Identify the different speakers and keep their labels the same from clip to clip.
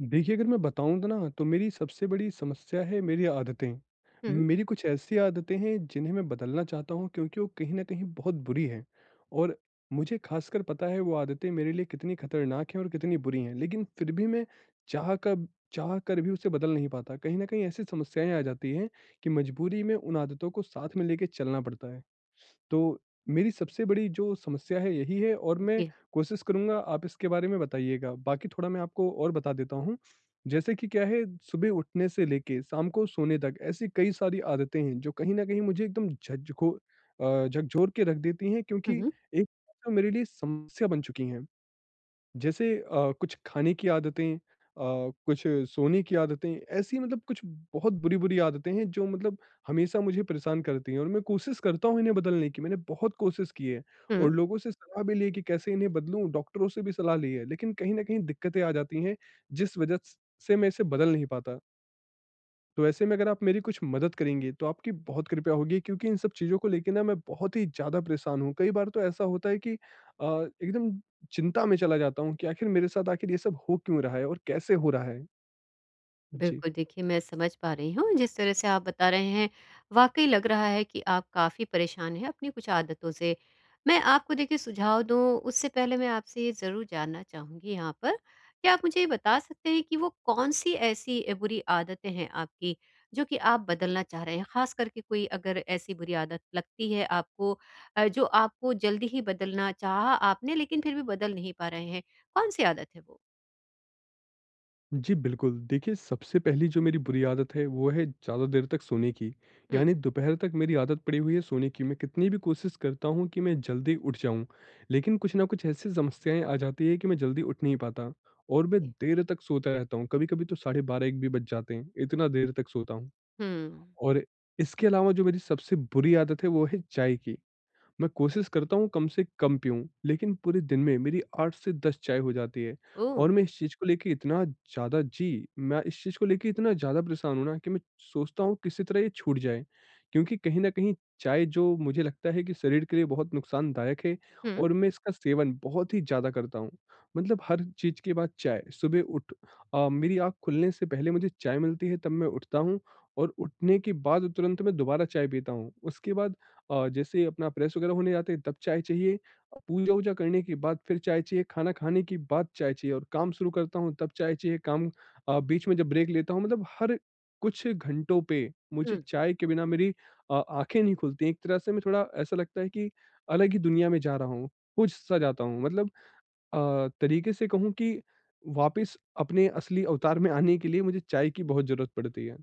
Speaker 1: देखिए, अगर मैं बताऊँ तो ना, तो मेरी सबसे बड़ी समस्या है मेरी आदतें।
Speaker 2: हुँ,
Speaker 1: मेरी कुछ ऐसी आदतें हैं जिन्हें मैं बदलना चाहता हूँ क्योंकि वो कहीं न कहीं बहुत बुरी हैं और मुझे ख़ासकर पता है वो आदतें मेरे लिए कितनी खतरनाक हैं और कितनी बुरी हैं। लेकिन फिर भी मैं चाह कब चाह कर भी उसे बदल नहीं पाता। कहीं न कहीं ऐसी समस्याएँ आ जाती हैं कि मजबूरी में उन आदतों को साथ में लेके चलना पड़ता है। तो मेरी सबसे बड़ी जो समस्या है यही है और मैं
Speaker 2: जी।
Speaker 1: कोशिश करूँगा आप इसके बारे में बताइएगा। बाकी थोड़ा मैं आपको और बता देता हूँ। जैसे कि क्या है, सुबह उठने से लेके शाम को सोने तक ऐसी कई सारी आदतें हैं जो कहीं न कहीं मुझे एकदम झकझोर के रख देती हैं
Speaker 2: हुँ,
Speaker 1: क्योंकि
Speaker 2: हुँ,
Speaker 1: एक तो मेरे लिए समस्या बन चुकी हैं। जैसे कुछ खाने की आदतें, कुछ सोने की आदतें, ऐसी मतलब कुछ बहुत बुरी-बुरी आदतें हैं जो मतलब हमेशा मुझे परेशान करती हैं और मैं कोशिश करता हूँ इन्हें बदलने की, मैंने बहुत कोशिश की है और
Speaker 2: हुँ।
Speaker 1: लोगों से सलाह भी ली है कि कैसे इन्हें बदलूँ, डॉक्टरों से भी सलाह ली है, लेकिन कहीं न कहीं दिक्कतें आ जाती हैं जिस वजह स से मैं इसे बदल नहीं पाता। तो ऐसे में अगर आप मेरी कुछ मदद करेंगे तो आपकी बहुत कृपया होगी क्योंकि इन सब चीज़ों को लेके ना मैं बहुत ही ज़्यादा परेशान हूँ। कई बार तो ऐसा होता है कि एकदम चिंता में चला जाता हूँ कि आखिर मेरे साथ आखिर ये सब हो क्यों रहा है और कैसे हो रहा है? जी।
Speaker 2: बिल्कुल, देखिए मैं समझ पा रही हूँ, जिस तरह से आप बता रहे हैं, वाक़ई लग रहा है कि आप काफ़ी परेशान हैं अपनी कुछ आदतों से। मैं आपको देखिए सुझाव दूँ, उससे पहले मैं आपसे ये ज़रूर जानना चाहूँगी यहाँ पर, क्या आप मुझे ये बता सकते हैं कि वो कौन-सी ऐसी बुरी आदतें हैं आपकी, जो कि आप बदलना चाह रहे हैं? ख़ास करके कोई अगर ऐसी बुरी आदत लगती है आपको, जो आपको जल्दी ही बदलना चाहा आपने, लेकिन फिर भी बदल नहीं पा रहे हैं, कौन-सी आदत है वो?
Speaker 1: जी, बिल्कुल। देखिए, सबसे पहली जो मेरी बुरी आदत है, वो है ज़्यादा देर तक सोने की।
Speaker 2: हुँ।
Speaker 1: यानी दोपहर तक मेरी आदत पड़ी हुई है सोने की। मैं कितनी भी कोशिश करता हूँ कि मैं जल्दी उठ जाऊँ, लेकिन कुछ ना कुछ ऐसी समस्याएँ आ जाती हैं कि मैं जल्दी उठ नहीं पाता और मैं
Speaker 2: जी।
Speaker 1: देर तक सोता रहता हूँ। कभी-कभी तो साढ़े 12 1 भी बज जाते हैं, इतना देर तक सोता हूँ।
Speaker 2: हुँ।
Speaker 1: और इसके अलावा जो मेरी सबसे बुरी आदत है, वो है चाय की। मैं कोशिश करता हूँ कम से कम पीऊँ, लेकिन पूरे दिन में मेरी 8 से 10 चाय हो जाती है
Speaker 2: ओह!
Speaker 1: और मैं इस चीज़ को लेके इतना ज़्यादा जी, मैं इस चीज़ को लेके इतना ज़्यादा परेशान हूँ ना कि मैं सोचता हूँ किसी तरह ये छूट जाए। क्योंकि कहीं न कहीं चाय जो मुझे लगता है कि शरीर के लिए बहुत नुकसानदायक है
Speaker 2: हुँ,
Speaker 1: और मैं इसका सेवन बहुत ही ज़्यादा करता हूँ। मतलब हर चीज़ के बाद चाय, मेरी आँख खुलने से पहले मुझे चाय मिलती है तब मैं उठता हूँ और उठने के बाद तुरंत मैं दोबारा चाय पीता हूँ। उसके बाद जैसे अपना प्रेस वगैरह होने जाते हैं तब चाय चाहिए। पूजा-वूजा करने के बाद फिर चाय चाहिए, खाना खाने के बाद चाय चाहिए और काम शुरू करता हूँ तब चाय चाहिए, बीच में जब ब्रेक लेता हूँ मतलब हर कुछ घंटों पे मुझे
Speaker 2: हुँ।
Speaker 1: चाय के बिना मेरी आँखें नहीं खुलती हैं। एक तरह से मैं थोड़ा ऐसा लगता है कि अलग ही दुनिया में जा रहा हूँ, खो-सा जाता हूँ। मतलब तरीके से कहूँ कि वापस अपने असली अवतार में आने के लिए मुझे चाय की बहुत ज़रूरत पड़ती है।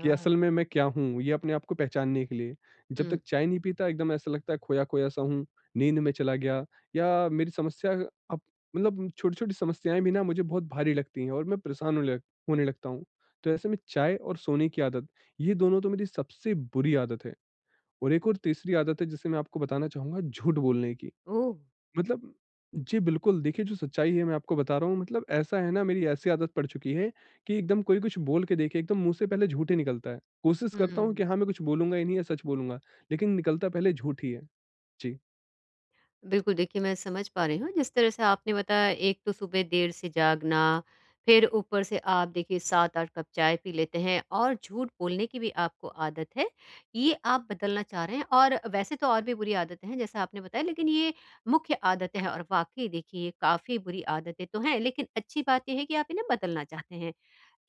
Speaker 1: कि असल में मैं क्या हूँ? ये अपने आप को पहचानने के लिए। जब
Speaker 2: हुँ।
Speaker 1: तक चाय नहीं पीता एकदम ऐसा लगता है खोया-खोया सा हूँ, नींद में चला गया या मेरी समस्या अब मतलब छोटी-छोटी समस्याएँ भी ना मुझे बहुत भारी लगती हैं और मैं परेशान होने लगता हूँ। तो ऐसे में चाय और सोने की आदत, ये दोनों तो मेरी सबसे बुरी आदत है और एक और तीसरी आदत है जिसे मैं आपको बताना चाहूँगा झूठ बोलने की।
Speaker 2: ओह!
Speaker 1: मतलब जी, बिल्कुल। देखिए, जो सच्चाई है मैं आपको बता रहा हूँ मतलब ऐसा है ना मेरी ऐसी आदत पड़ चुकी है कि एकदम कोई कुछ बोल के देखे, एकदम मुँह से पहले झूठ ही निकलता है। कोशिश करता हूँ
Speaker 2: हुँ।
Speaker 1: कि हाँ, मैं कुछ बोलूँगा ही नहीं या सच बोलूँगा, लेकिन निकलता पहले झूठ ही है। जी।
Speaker 2: बिल्कुल, देखिए मैं समझ पा रही हूँ, जिस तरह से आपने बताया एक तो सुबह देर से जागना, फिर ऊपर से आप देखिए 7-8 कप चाय पी लेते हैं और झूठ बोलने की भी आपको आदत है। ये आप बदलना चाह रहे हैं और वैसे तो और भी बुरी आदतें हैं जैसा आपने बताया, लेकिन ये मुख्य आदतें हैं और वाक़ई देखिए ये काफ़ी बुरी आदतें तो हैं, लेकिन अच्छी बात ये है कि आप इन्हें बदलना चाहते हैं।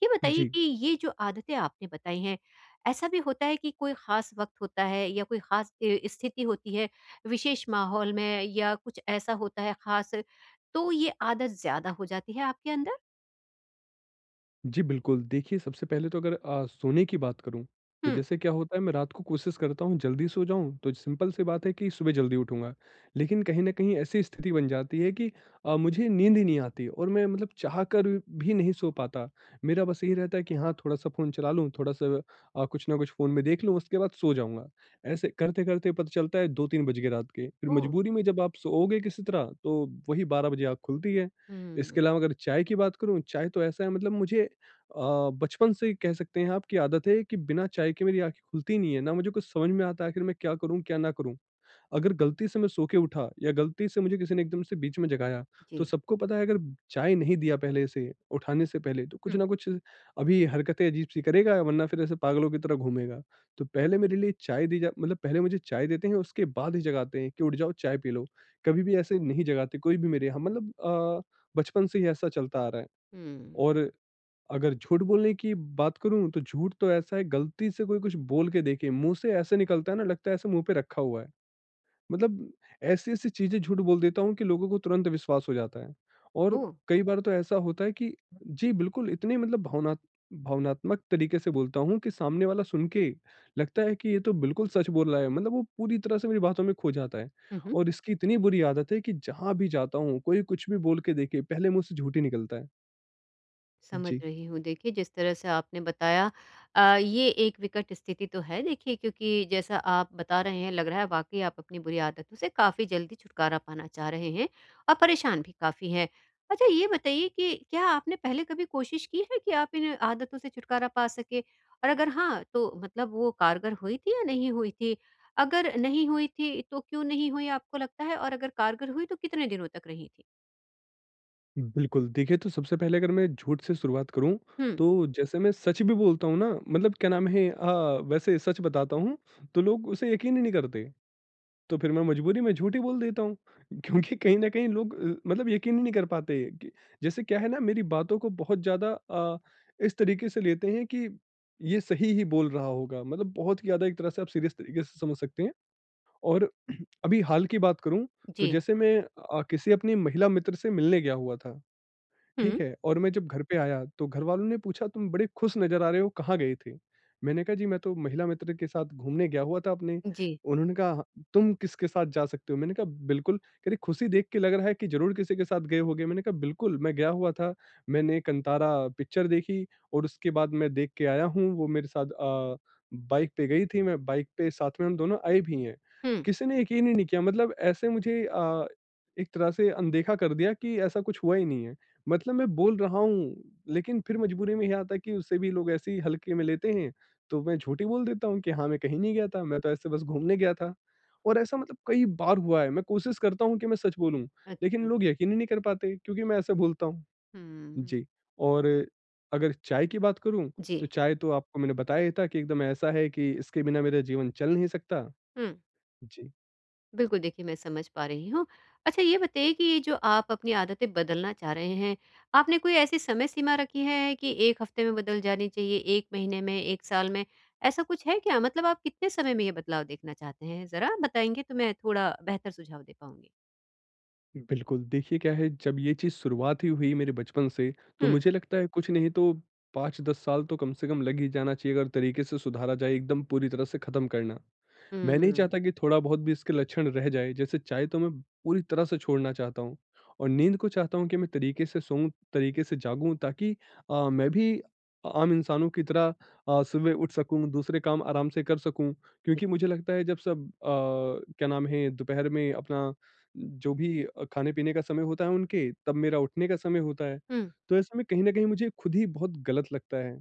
Speaker 2: ये बताइए
Speaker 1: जी।
Speaker 2: कि ये जो आदतें आपने बताई हैं, ऐसा भी होता है कि कोई ख़ास वक़्त होता है या कोई ख़ास स्थिति होती है, विशेष माहौल में या कुछ ऐसा होता है ख़ास, तो ये आदत ज़्यादा हो जाती है आपके अंदर?
Speaker 1: जी, बिल्कुल। देखिए, सबसे पहले तो अगर सोने की बात करूँ, तो
Speaker 2: हुँ।
Speaker 1: जैसे क्या होता है मैं रात को कोशिश करता हूँ जल्दी सो जाऊँ, तो सिंपल सी बात है कि सुबह जल्दी उठूँगा। लेकिन कहीं न कहीं ऐसी स्थिति बन जाती है कि मुझे नींद ही नहीं आती और मैं मतलब चाह कर भी नहीं सो पाता। मेरा बस यही रहता है कि हाँ, थोड़ा-सा फ़ोन चला लूँ, थोड़ा-सा कुछ ना कुछ फ़ोन में देख लूँ, उसके बाद सो जाऊँगा। ऐसे करते-करते पता चलता है 2-3 बज गए रात के। फिर
Speaker 2: ओह!
Speaker 1: मजबूरी में जब आप सोओगे किसी तरह, तो वही 12 बजे आँख खुलती है।
Speaker 2: हुँ,
Speaker 1: इसके अलावा अगर चाय की बात करूँ, चाय तो ऐसा है मतलब मुझे बचपन से कह सकते हैं आप कि आदत है कि बिना चाय के मेरी आँखें खुलती ही नहीं है, ना मुझे कुछ समझ में आता है आखिर मैं क्या करूँ, क्या ना करूँ? अगर गलती से मैं सो के उठा या गलती से मुझे किसी ने एकदम से बीच में जगाया, तो
Speaker 2: जी।
Speaker 1: सबको पता है अगर चाय नहीं दिया पहले से, उठाने से पहले तो कुछ
Speaker 2: हुँ,
Speaker 1: ना कुछ अभी हरकतें अजीब-सी करेगा वरना फिर ऐसे पागलों की तरह घूमेगा। तो पहले मेरे लिए चाय दी जा मतलब पहले मुझे चाय देते हैं उसके बाद ही जगाते हैं कि उठ जाओ चाय पी लो। कभी भी ऐसे नहीं जगाते कोई भी मेरे यहाँ मतलब बचपन से ही ऐसा चलता आ रहा है
Speaker 2: हुँ।
Speaker 1: और अगर झूठ बोलने की बात करूँ तो झूठ तो ऐसा है गलती से कोई कुछ बोल के देखे मुँह से ऐसे निकलता है ना लगता है ऐसे मुँह पे रखा हुआ है। मतलब ऐसी-ऐसी चीज़ें झूठ बोल देता हूँ कि लोगों को तुरंत विश्वास हो जाता है। और
Speaker 2: ओह!
Speaker 1: कई बार तो ऐसा होता है कि जी बिल्कुल इतने मतलब भावनात्मक तरीके से बोलता हूँ कि सामने वाला सुन के लगता है कि ये तो बिल्कुल सच बोल रहा है। मतलब वो पूरी तरह से मेरी बातों में खो जाता है।
Speaker 2: हुँ, हुँ।
Speaker 1: और इसकी इतनी बुरी आदत है कि जहाँ भी जाता हूँ कोई कुछ भी बोल के देखे पहले मुँह से झूठ ही निकलता है।
Speaker 2: समझ
Speaker 1: जी।
Speaker 2: रही हूँ। देखिए, जिस तरह से आपने बताया, ये एक विकट स्थिति तो है देखिए, क्योंकि जैसा आप बता रहे हैं लग रहा है वाक़ई आप अपनी बुरी आदतों से काफ़ी जल्दी छुटकारा पाना चाह रहे हैं और परेशान भी काफ़ी हैं। अच्छा, ये बताइए कि क्या आपने पहले कभी कोशिश की है कि आप इन आदतों से छुटकारा पा सकें? और अगर हाँ, तो मतलब वो कारगर हुई थी या नहीं हुई थी? अगर नहीं हुई थी तो क्यों नहीं हुई, आपको लगता है? और अगर कारगर हुई तो कितने दिनों तक रही थी?
Speaker 1: बिल्कुल, देखिए तो सबसे पहले अगर मैं झूठ से शुरुआत करूँ,
Speaker 2: हुँ,
Speaker 1: तो जैसे मैं सच भी बोलता हूँ ना मतलब क्या नाम है अ, वैसे सच बताता हूँ, तो लोग उसे यकीन ही नहीं करते। तो फिर मैं मजबूरी में झूठ ही बोल देता हूँ, क्योंकि कहीं न कहीं लोग मतलब यकीन ही नहीं कर पाते कि जैसे क्या है ना मेरी बातों को बहुत ज़्यादा इस तरीके से लेते हैं कि ये सही ही बोल रहा होगा, मतलब बहुत ही ज़्यादा एक तरह से आप सीरियस तरीके से समझ सकते हैं। और अभी हाल की बात करूँ, तो
Speaker 2: जी।
Speaker 1: जैसे मैं किसी अपनी महिला मित्र से मिलने गया हुआ था।
Speaker 2: हुँ,
Speaker 1: ठीक है और मैं जब घर पे आया तो घरवालों ने पूछा तुम बड़े खुश नजर आ रहे हो कहाँ गए थे? मैंने कहा जी मैं तो महिला मित्र के साथ घूमने गया हुआ था अपने।
Speaker 2: जी।
Speaker 1: उन्होंने कहा "हाँ, तुम किसके साथ जा सकते हो? मैंने कहा बिल्कुल। कह रहे खुशी देख के लग रहा है कि ज़रूर किसी के साथ गए होगे। मैंने कहा बिल्कुल मैं गया हुआ था। मैंने कंतारा पिक्चर देखी और उसके बाद मैं देख के आया हूँ। वो मेरे साथ बाइक पे गई थी। मैं बाइक पे साथ में हम दोनों आए भी हैं।
Speaker 2: हुँ,
Speaker 1: किसी ने यकीन ही नहीं किया मतलब ऐसे मुझे एक तरह से अनदेखा कर दिया कि ऐसा कुछ हुआ ही नहीं है। मतलब मैं बोल रहा हूँ, लेकिन फिर मजबूरी में ये आता है कि उससे भी लोग ऐसे ही हल्के में लेते हैं, तो मैं झूठ ही बोल देता हूँ कि हाँ, मैं कहीं नहीं गया था, मैं तो ऐसे बस घूमने गया था। और ऐसा मतलब कई बार हुआ है, मैं कोशिश करता हूँ कि मैं सच बोलूँ, लेकिन
Speaker 2: अच्छा।
Speaker 1: लोग यकीन ही नहीं कर पाते क्योंकि मैं ऐसा बोलता हूँ।
Speaker 2: हुँ,
Speaker 1: जी। और अगर चाय की बात करूँ,
Speaker 2: जी।
Speaker 1: तो चाय तो आपको मैंने बताया ही था कि एकदम ऐसा है कि इसके बिना मेरा जीवन चल नहीं सकता।
Speaker 2: हुँ,
Speaker 1: जी।
Speaker 2: बिल्कुल। देखिए मैं समझ पा रही हूँ। अच्छा, ये बताइए कि ये जो आप अपनी आदतें बदलना चाह रहे हैं, आपने कोई ऐसी समय सीमा रखी है कि 1 हफ्ते में बदल जानी चाहिए, 1 महीने में, 1 साल में, ऐसा कुछ है क्या? मतलब आप कितने समय में ये बदलाव देखना चाहते हैं? ज़रा बताएँगे तो मैं थोड़ा बेहतर सुझाव दे पाऊँगी।
Speaker 1: बिल्कुल, देखिए क्या है जब ये चीज़ शुरुआत ही हुई मेरे बचपन से, तो
Speaker 2: हुँ,
Speaker 1: मुझे लगता है कुछ नहीं तो 5-10 साल तो कम से कम लग ही जाना चाहिए अगर तरीके से सुधारा जाए एकदम पूरी तरह से ख़त्म करना।
Speaker 2: हुँ,
Speaker 1: मैं नहीं
Speaker 2: हुँ।
Speaker 1: चाहता कि थोड़ा बहुत भी इसके लक्षण रह जाए, जैसे चाय तो मैं पूरी तरह से छोड़ना चाहता हूँ और नींद को चाहता हूँ कि मैं तरीके से सोऊँ, तरीके से जागूँ ताकि मैं भी आम इंसानों की तरह सुबह उठ सकूँ, दूसरे काम आराम से कर सकूँ। क्योंकि मुझे लगता है जब सब क्या नाम है दोपहर में अपना जो भी खाने-पीने का समय होता है उनके, तब मेरा उठने का समय होता है। तो ऐसे में कहीं न कहीं मुझे खुद ही बहुत गलत लगता है।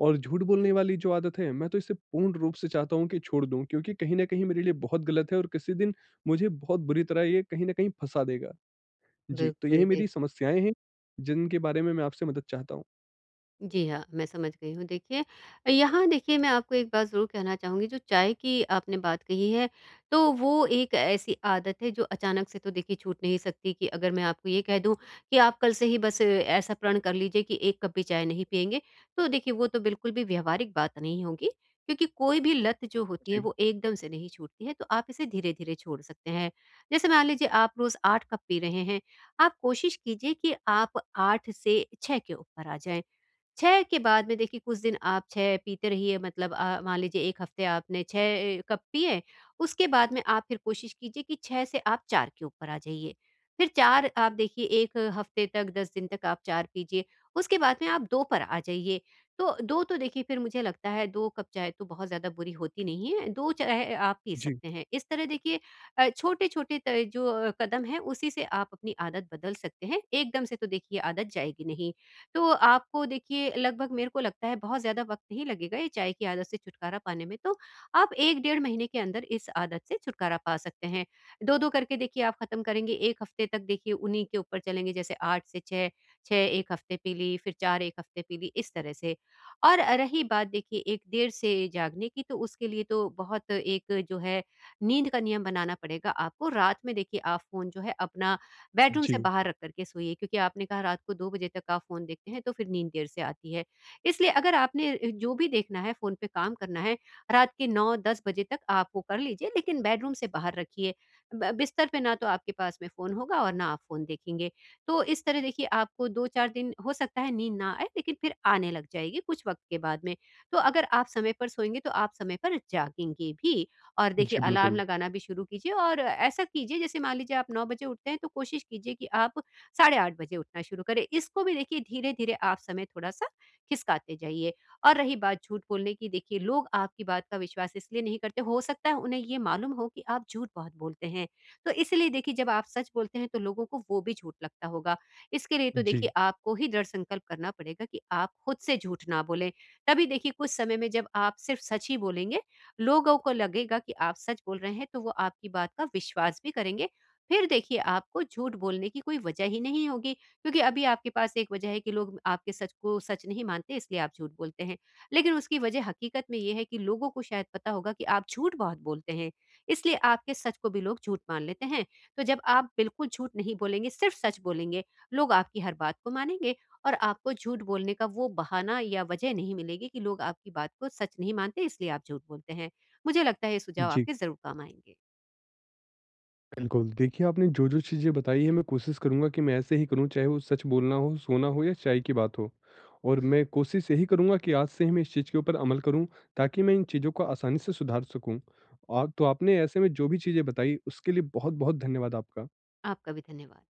Speaker 1: और झूठ बोलने वाली जो आदत है, मैं तो इसे पूर्ण रूप से चाहता हूँ कि छोड़ दूँ क्योंकि कहीं न कहीं मेरे लिए बहुत गलत है और किसी दिन मुझे बहुत बुरी तरह ये कहीं न कहीं फँसा देगा। जी, तो
Speaker 2: बिल्कुल
Speaker 1: यही
Speaker 2: दे
Speaker 1: मेरी समस्याएँ हैं, जिनके बारे में मैं आपसे मदद चाहता हूँ।
Speaker 2: जी हाँ, मैं समझ गई हूँ। देखिए, यहाँ देखिए मैं आपको एक बात ज़रूर कहना चाहूँगी, जो चाय की आपने बात कही है, तो वो एक ऐसी आदत है जो अचानक से तो देखिए छूट नहीं सकती कि अगर मैं आपको ये कह दूँ कि आप कल से ही बस ऐसा प्रण कर लीजिए कि 1 कप भी चाय नहीं पिएँगे, तो देखिए वो तो बिल्कुल भी व्यावहारिक बात नहीं होगी, क्योंकि कोई भी लत जो होती है
Speaker 1: जी।
Speaker 2: वो एकदम से नहीं छूटती है, तो आप इसे धीरे-धीरे छोड़ सकते हैं। जैसे मान लीजिए आप रोज़ 8 कप पी रहे हैं, आप कोशिश कीजिए कि आप 8 से 6 के ऊपर आ जाएँ। चाय के बाद में देखिए कुछ दिन आप चाय पीते रहिए, मतलब मान लीजिए 1 हफ्ते आपने 6 कप पिए, उसके बाद में आप फिर कोशिश कीजिए कि 6 से आप 4 के ऊपर आ जाइए। फिर 4 आप देखिए 1 हफ्ते तक 10 दिन तक आप 4 पीजिए, उसके बाद में आप 2 पर आ जाइए। तो 2 तो देखिए, फिर मुझे लगता है 2 कप चाय तो बहुत ज़्यादा बुरी होती नहीं है, 2 चाय आप पी
Speaker 1: जी।
Speaker 2: सकते हैं। इस तरह देखिए छोटे-छोटे त जो कदम हैं, उसी से आप अपनी आदत बदल सकते हैं, एकदम से तो देखिए आदत जाएगी नहीं। तो आपको देखिए लगभग मेरे को लगता है बहुत ज़्यादा वक़्त नहीं लगेगा ये चाय की आदत से छुटकारा पाने में, तो आप 1 डेढ़ महीने के अंदर इस आदत से छुटकारा पा सकते हैं। 2-2 करके देखिए आप ख़त्म करेंगे, 1 हफ़्ते तक देखिए उन्हीं के ऊपर चलेंगे, जैसे 8 से 6, 6 1 हफ़्ते पी ली, फिर 4 1 हफ़्ते पी ली, इस तरह से। और रही बात देखिए एक देर से जागने की, तो उसके लिए तो बहुत एक जो है नींद का नियम बनाना पड़ेगा आपको। रात में देखिए आप फ़ोन जो है अपना बेडरूम से
Speaker 1: जी।
Speaker 2: बाहर रख कर के सोइए, क्योंकि आपने कहा रात को 2 बजे तक आप फ़ोन देखते हैं तो फिर नींद देर से आती है। इसलिए अगर आपने जो भी देखना है फ़ोन पे काम करना है, रात के 9-10 बजे तक आप वो कर लीजिए, लेकिन बेडरूम से बाहर रखिए। ब बिस्तर पे ना तो आपके पास में फ़ोन होगा और ना आप फ़ोन देखेंगे। तो इस तरह देखिए आपको 2-4 दिन हो सकता है नींद ना आए, लेकिन फिर आने लग जाएगी कुछ वक़्त के बाद में। तो अगर आप समय पर सोएँगे तो आप समय पर जागेंगे भी। और देखिए
Speaker 1: जी
Speaker 2: अलार्म
Speaker 1: बिल्कुल।
Speaker 2: लगाना भी शुरू कीजिए और ऐसा कीजिए जैसे मान लीजिए आप 9 बजे उठते हैं तो कोशिश कीजिए कि आप साढ़े 8 बजे उठना शुरू करें। इसको भी देखिए धीरे-धीरे आप समय थोड़ा-सा खिसकाते जाइए। और रही बात झूठ बोलने की, देखिए लोग आपकी बात का विश्वास इसलिए नहीं करते, हो सकता है उन्हें ये मालूम हो कि आप झूठ बहुत बोलते हैं। तो इसलिए देखिए जब आप सच बोलते हैं तो लोगों को वो भी झूठ लगता होगा। इसके लिए तो देखिए
Speaker 1: जी।
Speaker 2: आपको ही दृढ़ संकल्प करना पड़ेगा कि आप खुद से झूठ ना बोलें। तभी देखिए कुछ समय में जब आप सिर्फ सच ही बोलेंगे, लोगों को लगेगा कि आप सच बोल रहे हैं तो वो आपकी बात का विश्वास भी करेंगे। फिर देखिए आपको झूठ बोलने की कोई वजह ही नहीं होगी, क्योंकि अभी आपके पास एक वजह है कि लोग आपके सच को सच नहीं मानते इसलिए आप झूठ बोलते हैं। लेकिन उसकी वजह हकीकत में ये है कि लोगों को शायद पता होगा कि आप झूठ बहुत बोलते हैं, इसलिए आपके सच को भी लोग झूठ मान लेते हैं। तो जब आप बिल्कुल झूठ नहीं बोलेंगे, सिर्फ सच बोलेंगे, लोग आपकी हर बात को मानेंगे और आपको झूठ बोलने का वो बहाना या वजह नहीं मिलेगी कि लोग आपकी बात को सच नहीं मानते इसलिए आप झूठ बोलते हैं। मुझे लगता है ये सुझाव
Speaker 1: जी।
Speaker 2: आपके ज़रूर काम आएँगे।
Speaker 1: बिल्कुल, देखिए आपने जो-जो चीज़ें बताई हैं मैं कोशिश करूँगा कि मैं ऐसे ही करूँ, चाहे वो सच बोलना हो, सोना हो या चाय की बात हो। और मैं कोशिश यही करूँगा कि आज से ही मैं इस चीज़ के ऊपर अमल करूँ, ताकि मैं इन चीज़ों को आसानी से सुधार सकूँ। आप तो आपने ऐसे में जो भी चीज़ें बताई उसके लिए बहुत-बहुत धन्यवाद आपका।
Speaker 2: आपका भी धन्यवाद।